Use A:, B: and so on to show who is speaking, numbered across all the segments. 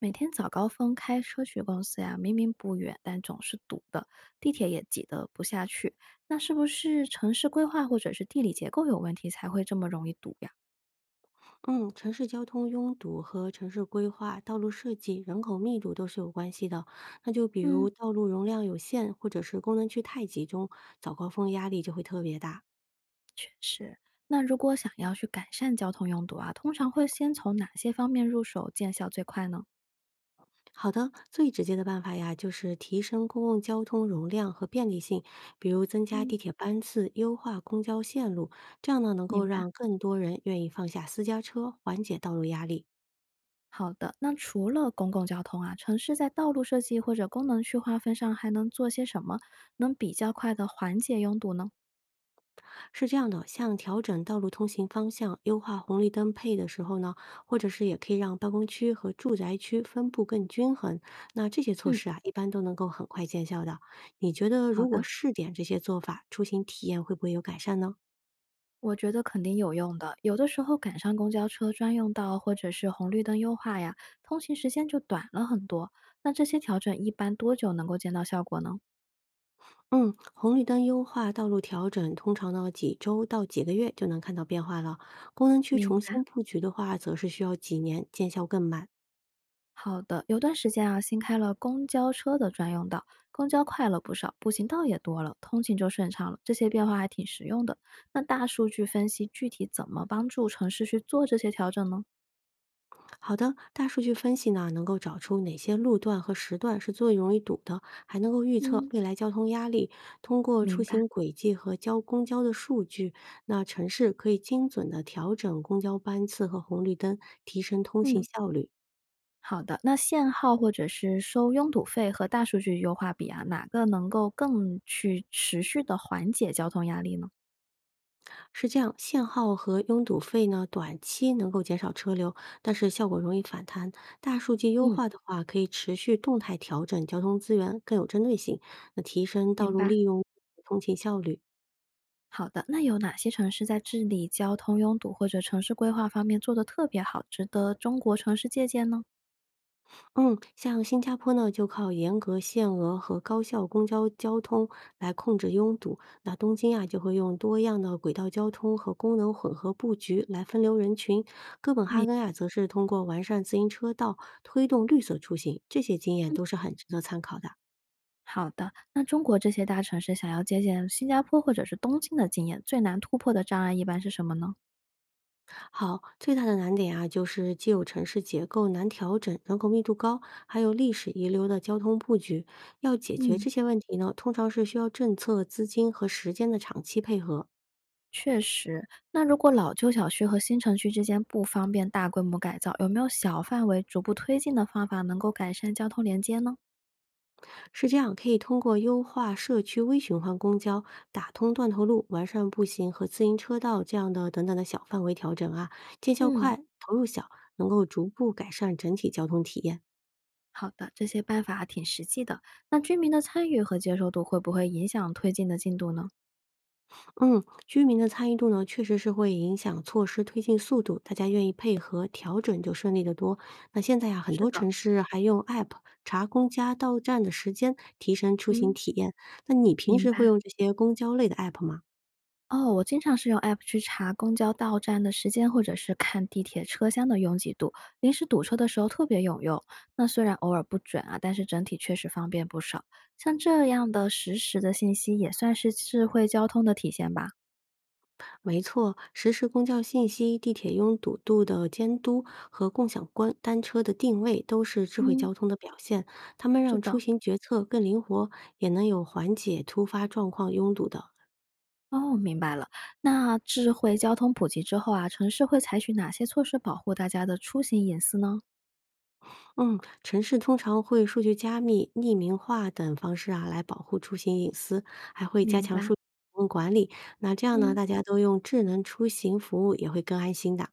A: 每天早高峰开车去公司呀，明明不远，但总是堵的，地铁也挤得不下去。那是不是城市规划或者是地理结构有问题，才会这么容易堵呀？
B: 嗯，城市交通拥堵和城市规划、道路设计、人口密度都是有关系的。那就比
A: 嗯，
B: 如道路容量有限，或者是功能区太集中，早高峰压力就会特别大。
A: 确实，那如果想要去改善交通拥堵啊，通常会先从哪些方面入手见效最快呢？
B: 好的，最直接的办法呀，就是提升公共交通容量和便利性，比如增加
A: 嗯
B: 地铁班次、优化公交线路，这样呢能够
A: 明白。
B: 让更多人愿意放下私家车，缓解道路压力。
A: 好的，那除了公共交通啊，城市在道路设计或者功能区划分上还能做些什么，能比较快的缓解拥堵呢？
B: 是这样的，像调整道路通行方向、优化红绿灯配的时候呢，或者是也可以让办公区和住宅区分布更均衡。那这些措
A: 嗯，
B: 施啊，一般都能够很快见效的。你觉得
A: 好
B: 如果
A: 的。
B: 试点这些做法，出行体验会不会有改善呢？
A: 我觉得肯定有用的。有的时候赶上公交车专用道或者是红绿灯优化呀，通行时间就短了很多。那这些调整一般多久能够见到效果呢？
B: 嗯，红绿灯优化、道路调整，通常呢几周到几个月就能看到变化了。功能区
A: 明
B: 重
A: 白。
B: 新布局的话，则是需要几年，见效更慢。
A: 好的，有段时间啊，新开了公交车的专用道，公交快了不少，步行道也多了，通行就顺畅了。这些变化还挺实用的。那大数据分析具体怎么帮助城市去做这些调整呢？
B: 好的，大数据分析呢，能够找出哪些路段和时段是最容易堵的，还能够预测
A: 嗯，
B: 未来交通压力。通过出
A: 明白。
B: 行轨迹和交公交的数据，那城市可以精准的调整公交班次和红绿灯，提升通行
A: 嗯。
B: 效率。
A: 好的，那限号或者是收拥堵费和大数据优化比啊，哪个能够更去持续的缓解交通压力呢？
B: 是这样，限号和拥堵费呢，短期能够减少车流，但是效果容易反弹。大数据优
A: 嗯，
B: 化的话，可以持续动态调整交通资源，更有针对性，那提升道
A: 明
B: 路
A: 白。
B: 利用、通勤效率。
A: 好的，那有哪些城市在治理交通拥堵或者城市规划方面做得特别好，值得中国城市借鉴呢？
B: 嗯，像新加坡呢，就靠严格限额和高效公交交通来控制拥堵。那东京啊，就会用多样的轨道交通和功能混合布局来分流人群。哥本哈根啊，则是通过完善自行车道，推动绿色出行。这些经验都是很值得参考的。
A: 好的，那中国这些大城市想要借鉴新加坡或者是东京的经验，最难突破的障碍一般是什么呢？
B: 好，最大的难点啊，就是既有城市结构难调整，人口密度高，还有历史遗留的交通布局。要解决
A: 嗯，
B: 这些问题呢，通常是需要政策、资金和时间的长期配合。
A: 确实，那如果老旧小区和新城区之间不方便大规模改造，有没有小范围逐步推进的方法能够改善交通连接呢？
B: 是这样，可以通过优化社区微循环公交、打通断头路、完善步行和自行车道这样的等等的小范围调整啊，见效
A: 嗯，
B: 快，投入小，能够逐步改善整体交通体验。
A: 好的，这些办法还挺实际的。那居民的参与和接受度会不会影响推进的进度呢？
B: 嗯，居民的参与度呢，确实是会影响措施推进速度，大家愿意配合调整就顺利得多。那现在呀、很
A: 是
B: 多
A: 的，
B: 城市还用 App 查公家到站的时间，提升出行
A: 嗯，
B: 体验。那你平
A: 明
B: 时会
A: 白。
B: 用这些公交类的 App 吗？
A: 哦，我经常是用 App 去查公交到站的时间，或者是看地铁车厢的拥挤度，临时堵车的时候特别有用。那虽然偶尔不准啊，但是整体确实方便不少。像这样的实时的信息，也算是智慧交通的体现吧？
B: 没错，实时公交信息、地铁拥堵度的监督和共享关单车的定位都是智慧
A: 嗯，
B: 交通的表现。它们
A: 是
B: 让
A: 的。
B: 出行决策更灵活，也能有缓解突发状况拥堵的。
A: 哦，明白了。那智慧交通普及之后啊，城市会采取哪些措施保护大家的出行隐私呢？
B: 嗯，城市通常会数据加密、匿名化等方式啊来保护出行隐私，还会加
A: 明
B: 强
A: 白。
B: 数据管理。那这样呢，
A: 嗯。
B: 大家都用智能出行服务也会更安心的。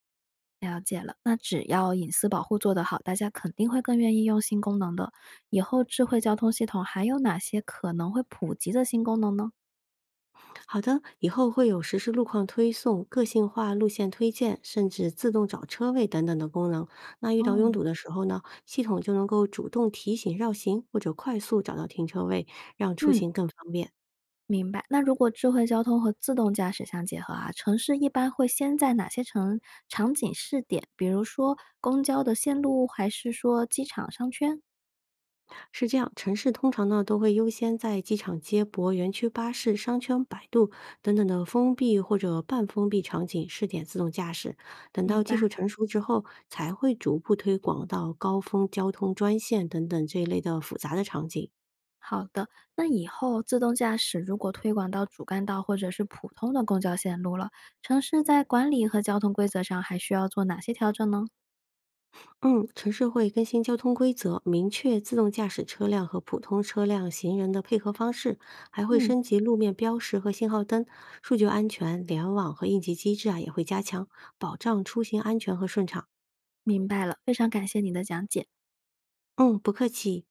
A: 了解了，那只要隐私保护做得好，大家肯定会更愿意用新功能的。以后智慧交通系统还有哪些可能会普及的新功能呢？
B: 好的，以后会有实时路况推送、个性化路线推荐，甚至自动找车位等等的功能。那遇到拥
A: 哦，
B: 堵的时候呢，系统就能够主动提醒绕行或者快速找到停车位，让出
A: 嗯，
B: 行更方便。
A: 明白。那如果智慧交通和自动驾驶相结合啊，城市一般会先在哪些城场景试点？比如说公交的线路，还是说机场商圈？
B: 是这样，城市通常呢都会优先在机场接驳、园区巴士、商圈百度等等的封闭或者半封闭场景试点自动驾驶，等
A: 明
B: 到技
A: 白。
B: 术成熟之后，才会逐步推广到高峰交通专线等等这一类的复杂的场景。
A: 好的，那以后自动驾驶如果推广到主干道或者是普通的公交线路了，城市在管理和交通规则上还需要做哪些调整呢？
B: 嗯，城市会更新交通规则，明确自动驾驶车辆和普通车辆、行人的配合方式，还会
A: 嗯，
B: 升级路面标识和信号灯。数据安全、联网和应急机制啊也会加强，保障出行安全和顺畅。
A: 明白了，非常感谢你的讲解。
B: 嗯，不客气。